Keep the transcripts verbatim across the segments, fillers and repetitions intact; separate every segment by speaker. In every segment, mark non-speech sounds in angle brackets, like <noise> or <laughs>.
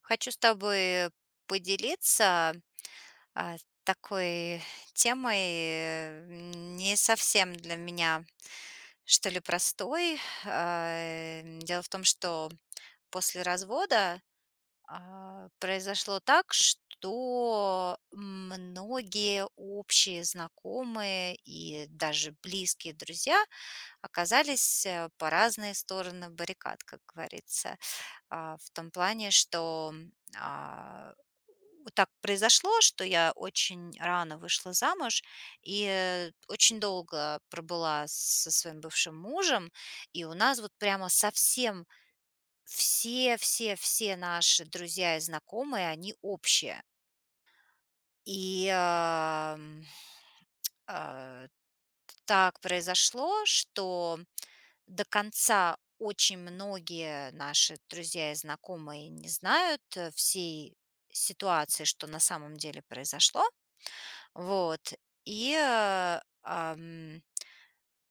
Speaker 1: Хочу с тобой поделиться, а, такой темой, э, не совсем для меня, что ли, простой. А, дело в том, что после развода, а, произошло так, что многие общие знакомые и даже близкие друзья оказались, э, по разные стороны баррикад, как говорится. А, в том плане, что, а, вот так произошло, что я очень рано вышла замуж и очень долго пробыла со своим бывшим мужем. И у нас вот прямо совсем все все все наши друзья и знакомые, они общие. И, ам, а, так произошло, что до конца очень многие наши друзья и знакомые не знают, э, всей ситуации, что на самом деле произошло. Вот. И, э, ам,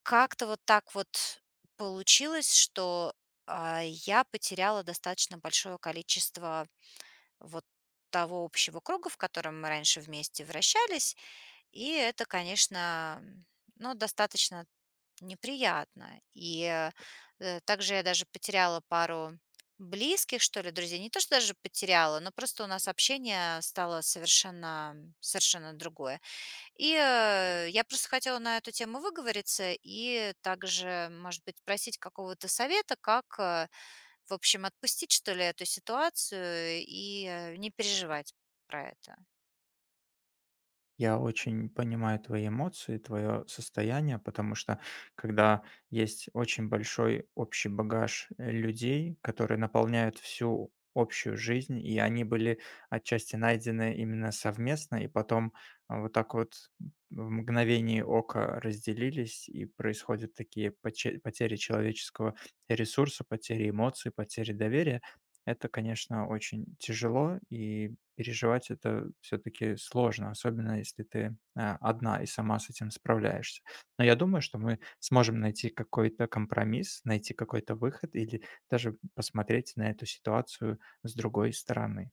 Speaker 1: Как-то вот так вот получилось, что, а, я потеряла достаточно большое количество вот того общего круга, в котором мы раньше вместе вращались. И это, конечно, м, ну, достаточно неприятно. И, э, э, также я даже потеряла пару близких, что ли, друзей. Не то, что даже потеряла, но просто у нас общение стало совершенно совершенно другое. И, э, я просто хотела на эту тему выговориться и также, может быть, просить какого-то совета, как, э, в общем, отпустить, что ли, эту ситуацию и, э, не переживать про это.
Speaker 2: Я очень понимаю твои эмоции, твое состояние, потому что когда есть очень большой общий багаж э, людей, которые наполняют всю общую жизнь, и они были отчасти найдены именно совместно, и потом а, вот так вот в мгновении ока разделились, и происходят такие поче- потери человеческого ресурса, потери эмоций, потери доверия. Это, конечно, очень тяжело, и переживать это все таки сложно, особенно если ты, а, одна и сама с этим справляешься. Но я думаю, что мы сможем найти какой-то компромисс, найти какой-то выход или даже посмотреть на эту ситуацию с другой стороны.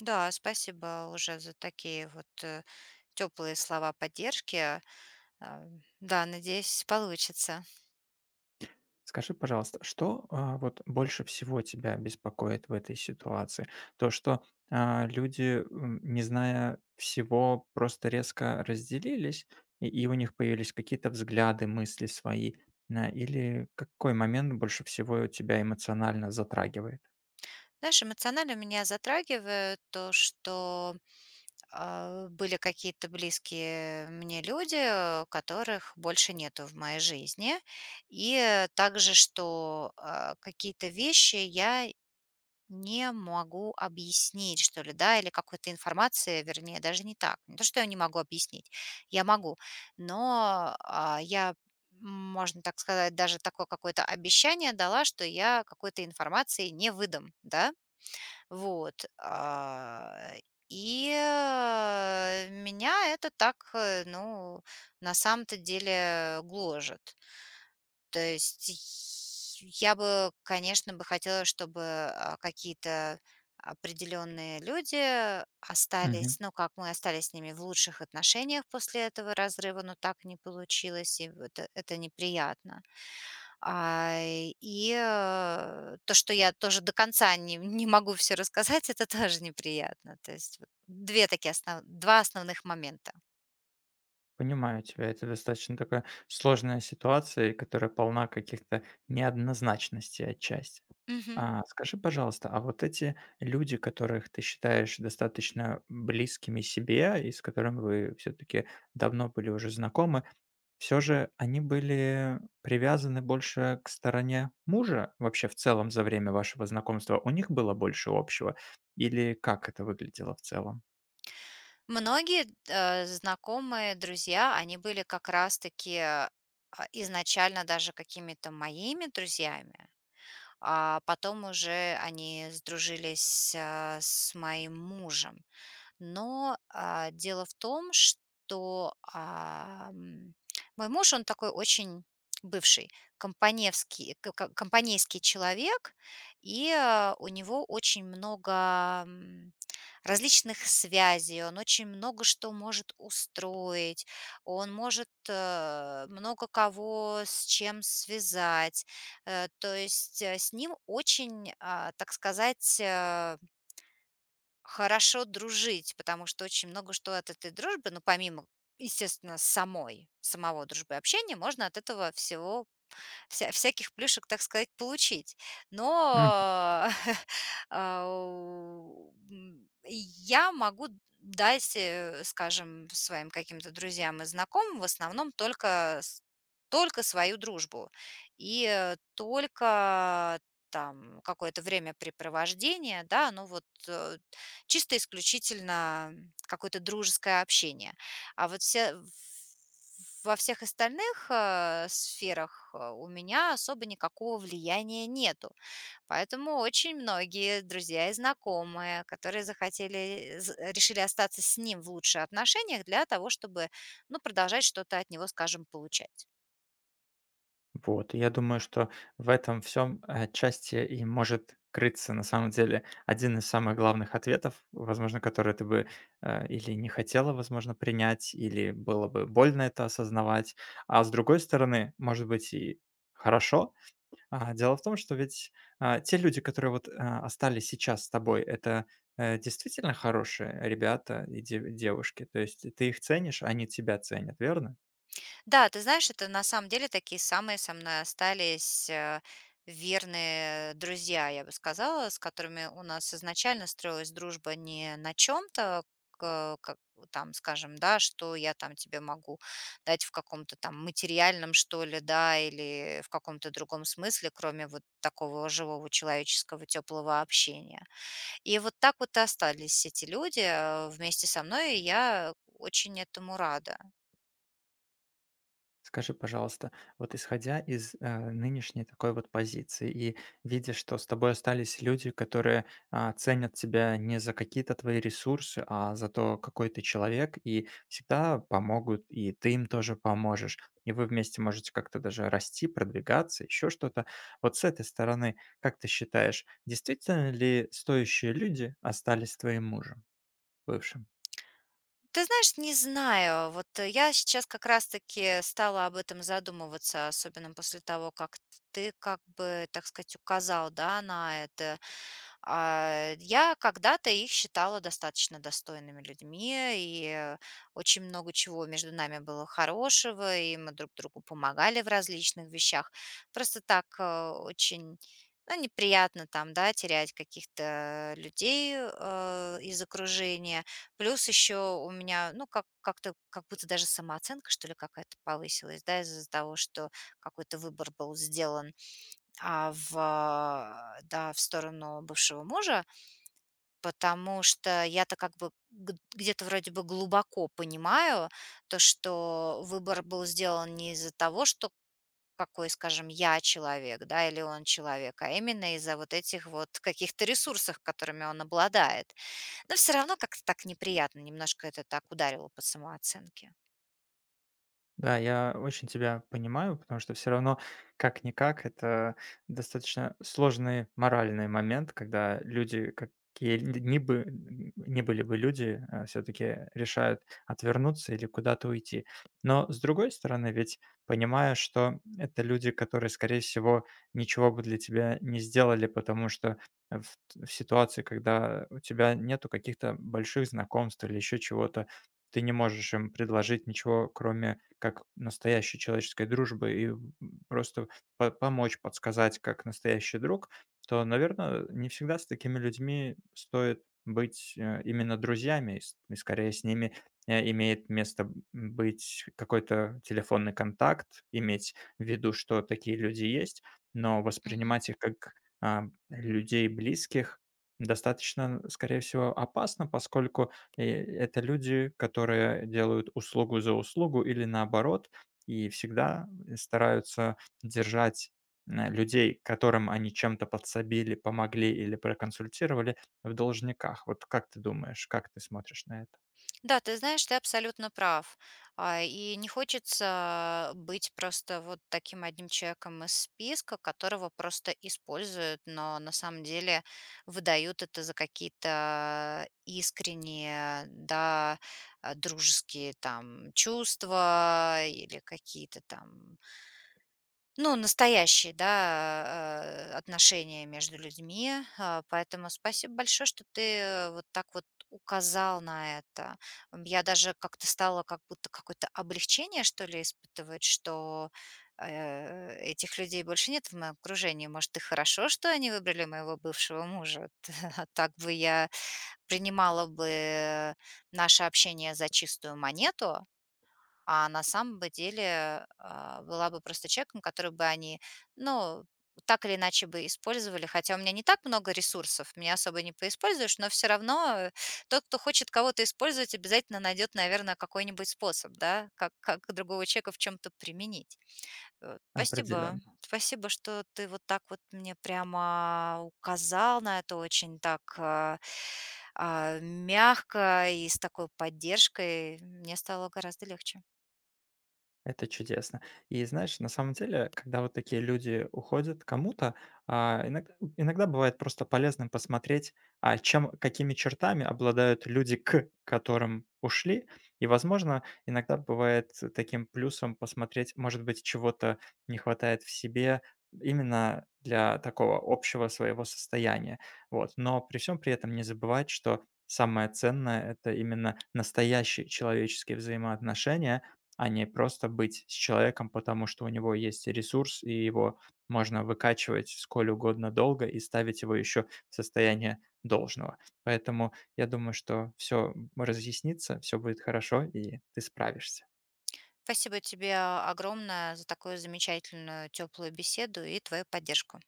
Speaker 1: Да, спасибо уже за такие вот, э, теплые слова поддержки. А, Да, надеюсь, получится.
Speaker 2: Скажи, пожалуйста, что, а, вот больше всего тебя беспокоит в этой ситуации? То, что, а, люди, м, не зная всего, просто резко разделились, и и у них появились какие-то взгляды, мысли свои, на или какой момент больше всего тебя эмоционально затрагивает?
Speaker 1: Знаешь, эмоционально меня затрагивает то, что а, были какие-то близкие мне люди, э, которых больше нету в моей жизни, и э, также, что а, какие-то вещи я не могу объяснить, что ли, да, или какой-то информации, вернее, даже не так. Не то, что я не могу объяснить, я могу, но а, я, м, можно так сказать, даже такое какое-то обещание дала, что я какой-то информации не выдам, да, вот. а, И э, Меня это так, э, ну, на самом-то деле гложет. То есть я бы, конечно, бы хотела, чтобы, а, какие-то определенные люди
Speaker 2: Мгм.
Speaker 1: остались, ну, как мы остались с ними в лучших отношениях после этого разрыва, но так не получилось, и в это это неприятно. А, и, э, то, что я тоже до конца не не могу все рассказать, <laughs> это тоже неприятно. То есть вот два такие основ два основных момента.
Speaker 2: Понимаю тебя. Это достаточно такая сложная ситуация, которая полна каких-то неоднозначностей отчасти.
Speaker 1: Мгм.
Speaker 2: А, скажи, пожалуйста, а вот эти люди, которых ты считаешь достаточно близкими себе и с которыми вы все-таки давно были уже знакомы, все же они были привязаны больше к стороне мужа вообще в целом за время вашего знакомства? У них было больше общего? Или как это выглядело в целом?
Speaker 1: Многие, э, знакомые, друзья, они были как раз таки, а, изначально даже какими-то моими друзьями, а потом уже они сдружились, а, с моим мужем. Но, а, дело в том, что, ам, мой муж, он такой очень бывший компаневский ко ко компанейский человек, и, а, у него очень много, м, различных связей, он очень много что может устроить, он может, э, много кого с чем связать. Э, то есть, э, с ним очень, а, так сказать, э, хорошо дружить, потому что очень много что от этой дружбы, ну, помимо, естественно, самой, самого дружбы и общения, можно от этого всего вся всяких плюшек, так сказать, получить. Но, <laughs> а, у, м, Я могу дать, э, скажем, своим каким-то друзьям и знакомым в основном только с только свою дружбу и, э, только там какое-то времяпрепровождение, да, ну вот, э, чисто исключительно какое-то дружеское общение. А вот все в во всех остальных, э, сферах, э, у меня особо никакого влияния нету. Поэтому очень многие друзья и знакомые, которые захотели, з решили остаться с ним в лучших отношениях для того, чтобы, ну, продолжать что-то от него, скажем, получать.
Speaker 2: Вот, и я думаю, что в этом всем отчасти и может крыться, на самом деле, один из самых главных ответов, возможно, который ты бы, э, или не хотела, возможно, принять, или было бы больно это осознавать. А с другой стороны, может быть, и хорошо. А, дело в том, что ведь, а, те люди, которые вот, а, остались сейчас с тобой, это, э, действительно хорошие ребята и дев девушки. То есть ты их ценишь, они тебя ценят, верно?
Speaker 1: Да, ты знаешь, это на самом деле такие самые со мной остались э, верные друзья, я бы сказала, с которыми у нас изначально строилась дружба не на чем-то, к- как, там, скажем, да, что я там тебе могу дать в каком-то там материальном, что ли, да, или в каком-то другом смысле, кроме вот такого живого человеческого теплого общения. И вот так вот и остались эти люди э, вместе со мной, и я очень этому рада.
Speaker 2: Скажи, пожалуйста, вот исходя из, э, нынешней такой вот позиции и видя, что с тобой остались люди, которые, а, ценят тебя не за какие-то твои ресурсы, а за то, какой ты человек, и всегда помогут, и ты им тоже поможешь, и вы вместе можете как-то даже расти, продвигаться, еще что-то. Вот с этой стороны, как ты считаешь, действительно ли стоящие люди остались с твоим мужем бывшим?
Speaker 1: Ты знаешь, не знаю. Вот э, я сейчас как раз-таки стала об этом задумываться, особенно после того, как ты как бы, так сказать, указал, да, на это. А, я когда-то их считала достаточно достойными людьми, и очень много чего между нами было хорошего, и мы друг другу помогали в различных вещах. Просто так, э, очень, ну, неприятно там, да, терять каких-то людей, э, из окружения. Плюс еще у меня, ну, как как-то, как будто даже самооценка, что ли, какая-то повысилась, да, из-за того, что какой-то выбор был сделан а, в, а, да, в сторону бывшего мужа, потому что я-то как бы г- где-то вроде бы глубоко понимаю то, что выбор был сделан не из-за того, что какой, скажем, я человек, да, или он человек, а именно из-за вот этих вот каких-то ресурсов, которыми он обладает. Но все равно как-то так неприятно, немножко это так ударило по самооценке.
Speaker 2: Да, я очень тебя понимаю, потому что все равно, как-никак, это достаточно сложный моральный момент, когда люди, какие ни, бы, н- ни были бы люди, все-таки решают отвернуться или куда-то уйти. Но с другой стороны, ведь понимая, что это люди, которые, скорее всего, ничего бы для тебя не сделали, потому что в, т- в ситуации, когда у тебя нету каких-то больших знакомств или еще чего-то, ты не можешь им предложить ничего, кроме как настоящей человеческой дружбы и, м, просто по помочь, подсказать, как настоящий друг, то, наверное, не всегда с такими людьми стоит быть, э, именно друзьями, и с и скорее с ними, э, имеет место б быть какой-то телефонный контакт, иметь в виду, что такие люди есть, но воспринимать их как, а, людей близких достаточно, скорее всего, опасно, поскольку и это люди, которые делают услугу за услугу или наоборот, и всегда э, стараются держать, э, людей, которым они чем-то подсобили, помогли или проконсультировали, в должниках. Вот как ты думаешь, как ты смотришь на это?
Speaker 1: Да, ты знаешь, ты абсолютно прав. А, И не хочется быть просто вот таким одним человеком из списка, которого просто используют, но на самом деле выдают это за какие-то искренние, да, а, дружеские там чувства или какие-то там ну, настоящие, да, э, отношения между людьми. А, поэтому спасибо большое, что ты э, вот так вот указал на это. М, Я даже как-то стала как будто какое-то облегчение, что ли, испытывать, что э, этих людей больше нет в моем окружении. Может, и хорошо, что они выбрали моего бывшего мужа. <laughs> А так бы я принимала бы наше общение за чистую монету, а на самом бы деле, а, была бы просто человеком, который бы они, ну, так или иначе бы использовали. Хотя у меня не так много ресурсов, меня особо не поиспользуешь, но все равно, э, тот, кто хочет кого-то использовать, обязательно найдет, наверное, какой-нибудь способ, да, как как другого человека в чем-то применить. Э, спасибо.
Speaker 2: Определенно.
Speaker 1: Спасибо, что ты вот так вот мне прямо указал на это очень так, а, а, мягко и с такой поддержкой. Мне стало гораздо легче.
Speaker 2: Это чудесно. И знаешь, на самом деле, когда вот такие люди уходят кому-то, а, иногд- иногда бывает просто полезным посмотреть, а чем, какими чертами обладают люди, к которым ушли. И, возможно, иногда бывает таким плюсом посмотреть, может быть, чего-то не хватает в себе именно для такого общего своего состояния. Вот. Но при всем при этом не забывать, что самое ценное– это именно настоящие человеческие взаимоотношения, а не просто быть с человеком, потому что у него есть ресурс, и его можно выкачивать сколь угодно долго и ставить его еще в состояние должного. Поэтому я думаю, что все разъяснится, все будет хорошо, и ты справишься.
Speaker 1: Спасибо тебе а, огромное за такую замечательную, теплую беседу и твою поддержку.